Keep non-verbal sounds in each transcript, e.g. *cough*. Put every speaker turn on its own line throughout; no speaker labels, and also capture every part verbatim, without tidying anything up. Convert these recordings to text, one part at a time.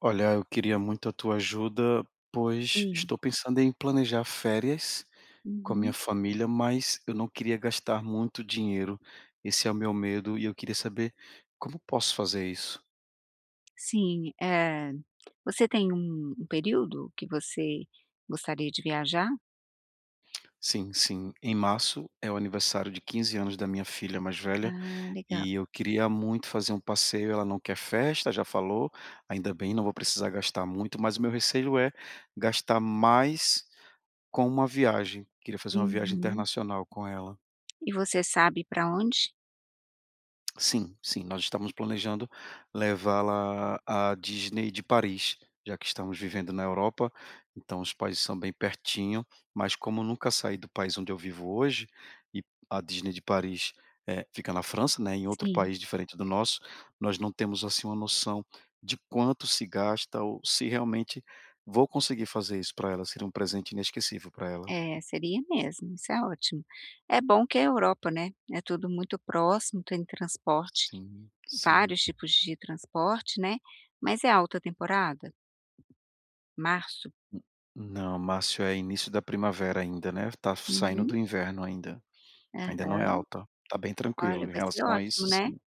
Olha, eu queria muito a tua ajuda, pois
Sim.
estou pensando em planejar férias com a minha
Uhum.
família, mas eu não queria gastar muito dinheiro. Esse é o meu medo e eu queria saber como posso fazer isso.
Sim, eh, você tem um um período que você gostaria de viajar?
Sim, sim. Em março é o aniversário de quinze anos da minha filha mais velha
Ah, legal.
e eu queria muito fazer um passeio. Ela não quer festa, já falou. Ainda bem, não vou precisar gastar muito, mas o meu receio é gastar mais com uma viagem. Queria fazer uma viagem
Uhum.
internacional com ela.
E você sabe para onde?
Sim, sim, nós estamos planejando levá-la à Disney de Paris, já que estamos vivendo na Europa, então os países são bem pertinho, mas como eu nunca saí do país onde eu vivo hoje, e a Disney de Paris, eh, fica na França, né, em outro
Sim.
país diferente do nosso. Nós não temos, assim, uma noção de quanto se gasta ou se realmente vou conseguir fazer isso para ela, seria um presente inesquecível para ela.
É, seria mesmo, isso é ótimo. É bom que é Europa, né, é tudo muito próximo, tem transporte,
Sim, sim.
vários tipos de transporte, né, mas é alta temporada, março.
Não, Márcio é início da primavera ainda, né, tá saindo
Uhum.
do inverno ainda, ainda não é
Aham.
alta, tá bem
Olha,
tranquilo em
vai ser
relação a
ótimo,
isso
né.
sim.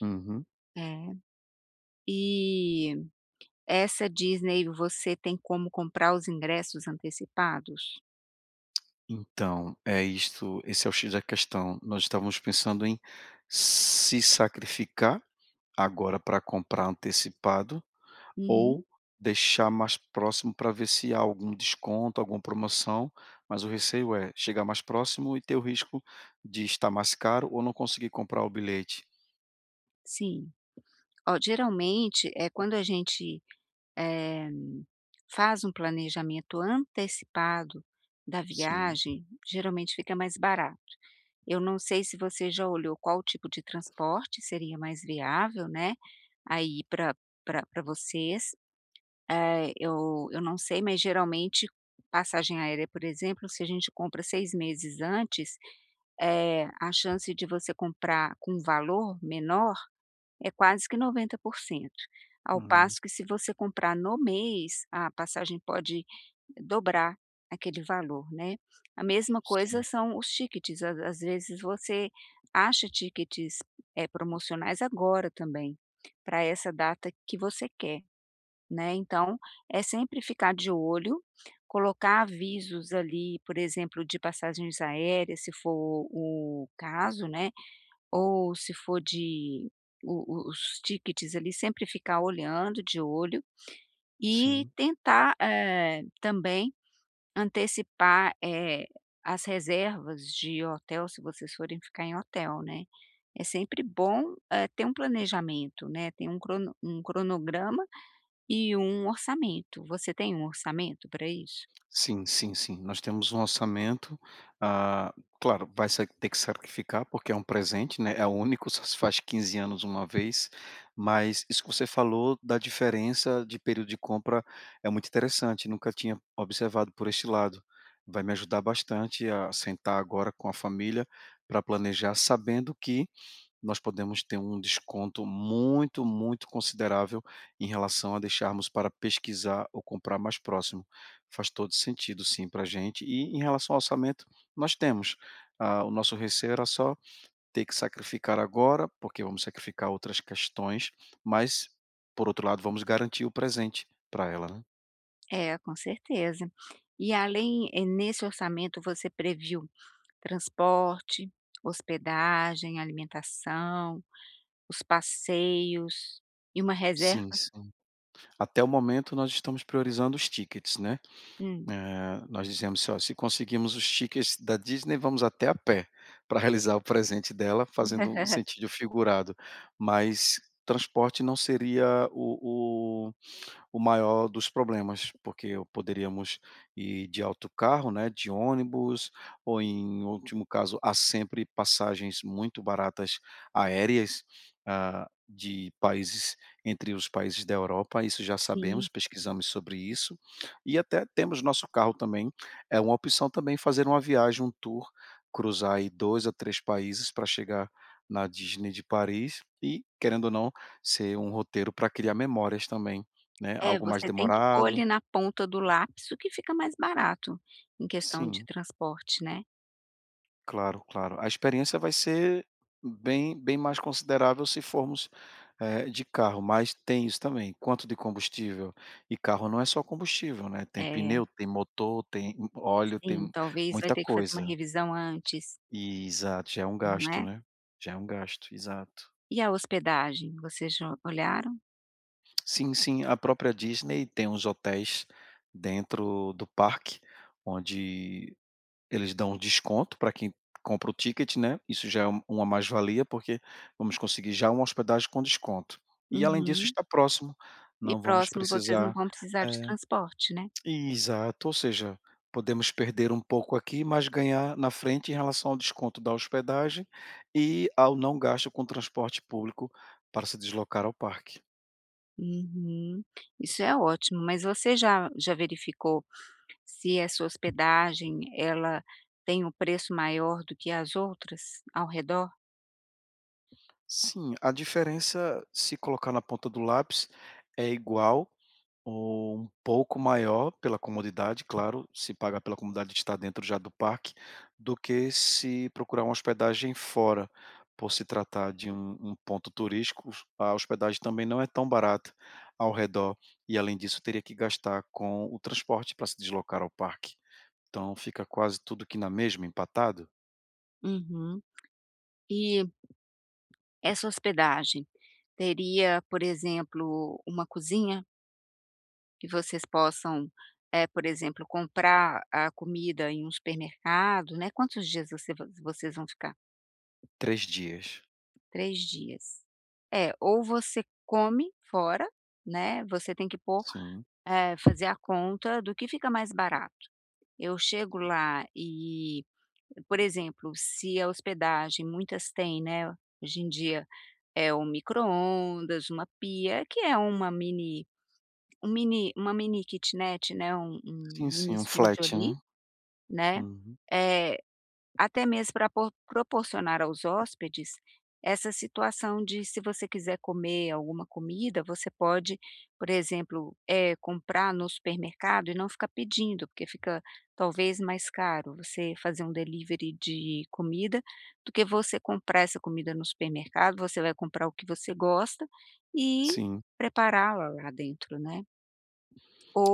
Uhum.
É. E essa Disney, você tem como comprar os ingressos antecipados?
Então, é isto esse é o X da questão, nós estávamos pensando em se sacrificar agora para comprar antecipado ou
Uhum.
deixar mais próximo para ver se há algum desconto, alguma promoção, mas o receio é chegar mais próximo e ter o risco de estar mais caro ou não conseguir comprar o bilhete.
Sim. Ó, geralmente, é quando a gente, eh, faz um planejamento antecipado da
Sim.
viagem, geralmente fica mais barato. Eu não sei se você já olhou qual tipo de transporte seria mais viável, né, aí para para pra vocês. Eh, eu eu não sei, mas geralmente passagem aérea, por exemplo, se a gente compra seis meses antes. Eh, a chance de você comprar com um valor menor é quase que noventa por cento, ao
Hum,
passo que se você comprar no mês, a passagem pode dobrar aquele valor, né. A mesma coisa
sim.
são os tickets, às às vezes você acha tickets, eh, promocionais agora também, para essa data que você quer. Né, então, é sempre ficar de olho, colocar avisos ali, por exemplo, de passagens aéreas, se for o caso, né, ou se for de o o os tickets ali, sempre ficar olhando, de olho, e
Sim,
tentar, eh, também antecipar, eh, as reservas de hotel, se vocês forem ficar em hotel, né. É sempre bom, eh, ter um planejamento, né, ter um crono um cronograma e um orçamento. Você tem um orçamento para isso?
sim, sim, sim. Nós temos um orçamento, ah, claro, vai sa ter que sacrificar, porque é um presente, né, é único, só se faz quinze anos uma vez, mas isso que você falou da diferença de período de compra é muito interessante, nunca tinha observado por este lado. Vai me ajudar bastante a sentar agora com a família para planejar, sabendo que nós podemos ter um desconto muito, muito considerável em relação a deixarmos para pesquisar ou comprar mais próximo. Faz todo sentido, sim, para a gente. E em relação ao orçamento, nós temos. Ah, o nosso receio era só ter que sacrificar agora, porque vamos sacrificar outras questões, mas, por outro lado, vamos garantir o presente para ela, né.
É, com certeza. E além, eh, nesse orçamento você previu transporte, hospedagem, alimentação, os passeios e uma
Sim,
reserva.
sim. Até o momento, nós estamos priorizando os tickets, né.
Hum.
Eh, nós dizemos assim: "Ó, se conseguimos os tickets da Disney, vamos até a pé para realizar o presente dela", fazendo um sentido figurado, mas transporte não seria o o maior dos problemas, porque poderíamos ir de autocarro, né, de ônibus, ou em último caso, há sempre passagens muito baratas aéreas, ah, de países entre os países da Europa, isso já sabemos,
Sim.
pesquisamos sobre isso, e até temos nosso carro também, é uma opção também fazer uma viagem, um tour, cruzar aí dois a três países para chegar na Disney de Paris e, querendo ou não, ser um roteiro para criar memórias também, né,
É,
algo mais
você tem que pôr
demorado.
ali na ponta do lápis o que fica mais barato, em questão de
Sim,
transporte, né.
claro, claro. A experiência vai ser bem bem mais considerável se formos, eh, de carro, mas tem isso também, quanto de combustível. E carro não é só combustível, né, tem
É,
pneu, tem motor, tem óleo,
sim,
tem
talvez vai
muita
ter que fazer uma
coisa.
revisão antes,
E, Exato, já é um
não
gasto,
é.
né, já é um gasto, exato.
E a hospedagem, vocês já olharam?
Sim, sim, a própria Disney tem uns hotéis dentro do parque, onde eles dão um desconto para quem compra o ticket, né, isso já é um uma mais-valia, porque vamos conseguir já uma hospedagem com desconto. E além disso
Uhum.
está próximo,
E
não vamos
próximo vocês não
precisar.
vão precisar de
É,
transporte, né.
exato, ou seja, podemos perder um pouco aqui, mas ganhar na frente em relação ao desconto da hospedagem e ao não gasto com transporte público para se deslocar ao parque.
Uhum. Isso é ótimo, mas você já já verificou se essa hospedagem, ela tem um preço maior do que as outras ao redor?
Sim, a diferença, se colocar na ponta do lápis, é igual ou um pouco maior pela comodidade, claro, se pagar pela comodidade de estar dentro já do parque, do que se procurar uma hospedagem fora. Por se tratar de um um ponto turístico, a hospedagem também não é tão barata ao redor, e além disso teria que gastar com o transporte para se deslocar ao parque. Então fica quase tudo que na mesma, empatado,
Uhum. E essa hospedagem teria, por exemplo, uma cozinha que vocês possam, eh, por exemplo, comprar a comida em um supermercado, né. Quantos dias você va vocês vão ficar?
três dias.
Três dias. É, ou você come fora, né, você tem que pôr.
Sim.
Eh, fazer a conta do que fica mais barato. Eu chego lá e, por exemplo, se a hospedagem, muitas têm, né, hoje em dia, é um micro-ondas, uma pia, que é uma mini, um mini uma mini kitnet, né, um um
Sim,
mini
sim, um
estúdio
flat,
ali,
né.
né,
Uhum.
eh até mesmo para proporcionar aos hóspedes essa situação de se você quiser comer alguma comida, você pode, por exemplo, eh, comprar no supermercado e não ficar pedindo, porque fica talvez mais caro você fazer um delivery de comida, do que você comprar essa comida no supermercado, você vai comprar o que você gosta e
Sim.
prepará-la lá dentro, né.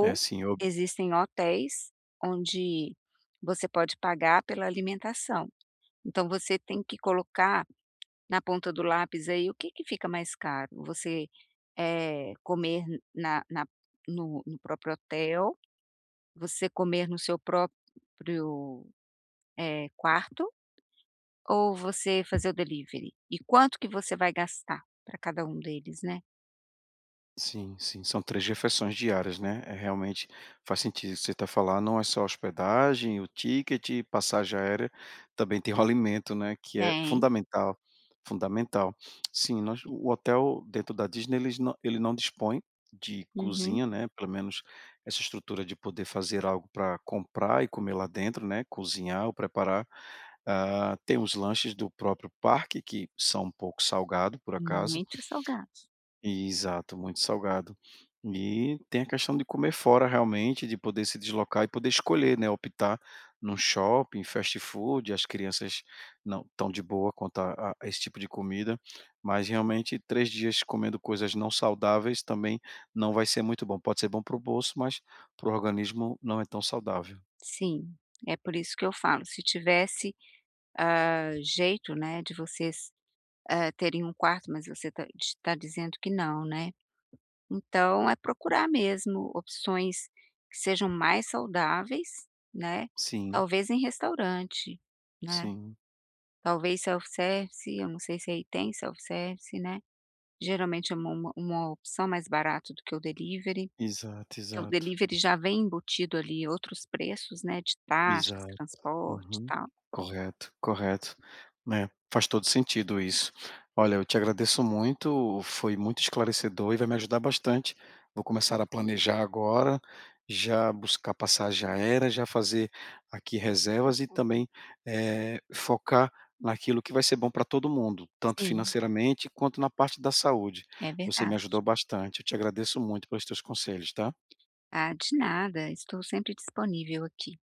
É assim, eu
existem hotéis onde você pode pagar pela alimentação. Então você tem que colocar na ponta do lápis aí o que que fica mais caro, você, eh, comer na na no no próprio hotel, você comer no seu próprio, eh, quarto, ou você fazer o delivery? E quanto que você vai gastar para cada um deles, né?
sim. Sim, são três refeições diárias, né, é realmente faz sentido o que você está falando, não é só hospedagem, o ticket, passagem aérea, também tem o *laughs* alimento, né, que é
Tem,
fundamental, fundamental. Sim, nós o hotel dentro da Disney eles não ele não dispõe de
uhum,
cozinha, né, pelo menos essa estrutura de poder fazer algo para comprar e comer lá dentro, né, cozinhar ou preparar. Ah, tem os lanches do próprio parque que são um pouco salgado, por acaso.
muito salgado.
Exato, muito salgado. E tem a questão de comer fora realmente, de poder se deslocar e poder escolher, né, optar num shopping, fast food, as crianças não tão de boa quanto a, a esse tipo de comida, mas realmente três dias comendo coisas não saudáveis também não vai ser muito bom. Pode ser bom para o bolso, mas para o organismo não é tão saudável.
Sim, é por isso que eu falo, se tivesse, hã, jeito, né, de vocês, hã, terem um quarto, mas você tá está dizendo que não, né? Então é procurar mesmo opções que sejam mais saudáveis, né,
Sim,
talvez em restaurante, né,
sim.
talvez self-service, eu não sei se aí tem self-service, né, geralmente é uma uma uma opção mais barata do que o delivery.
Exato,
Porque o
exato.
delivery já vem embutido ali outros preços, né, de taxas,
Exato.
transporte e
Uhum.
tal.
Correto, correto. É, faz todo sentido isso. Olha, eu te agradeço muito, foi muito esclarecedor e vai me ajudar bastante. Vou começar a planejar agora, já buscar passagem aérea, já fazer aqui reservas e também, eh, focar naquilo que vai ser bom para todo mundo, tanto
Sim,
financeiramente quanto na parte da saúde.
é
Você me
verdade.
ajudou bastante. Eu te agradeço muito pelos teus conselhos, tá?
Ah, de nada, estou sempre disponível aqui.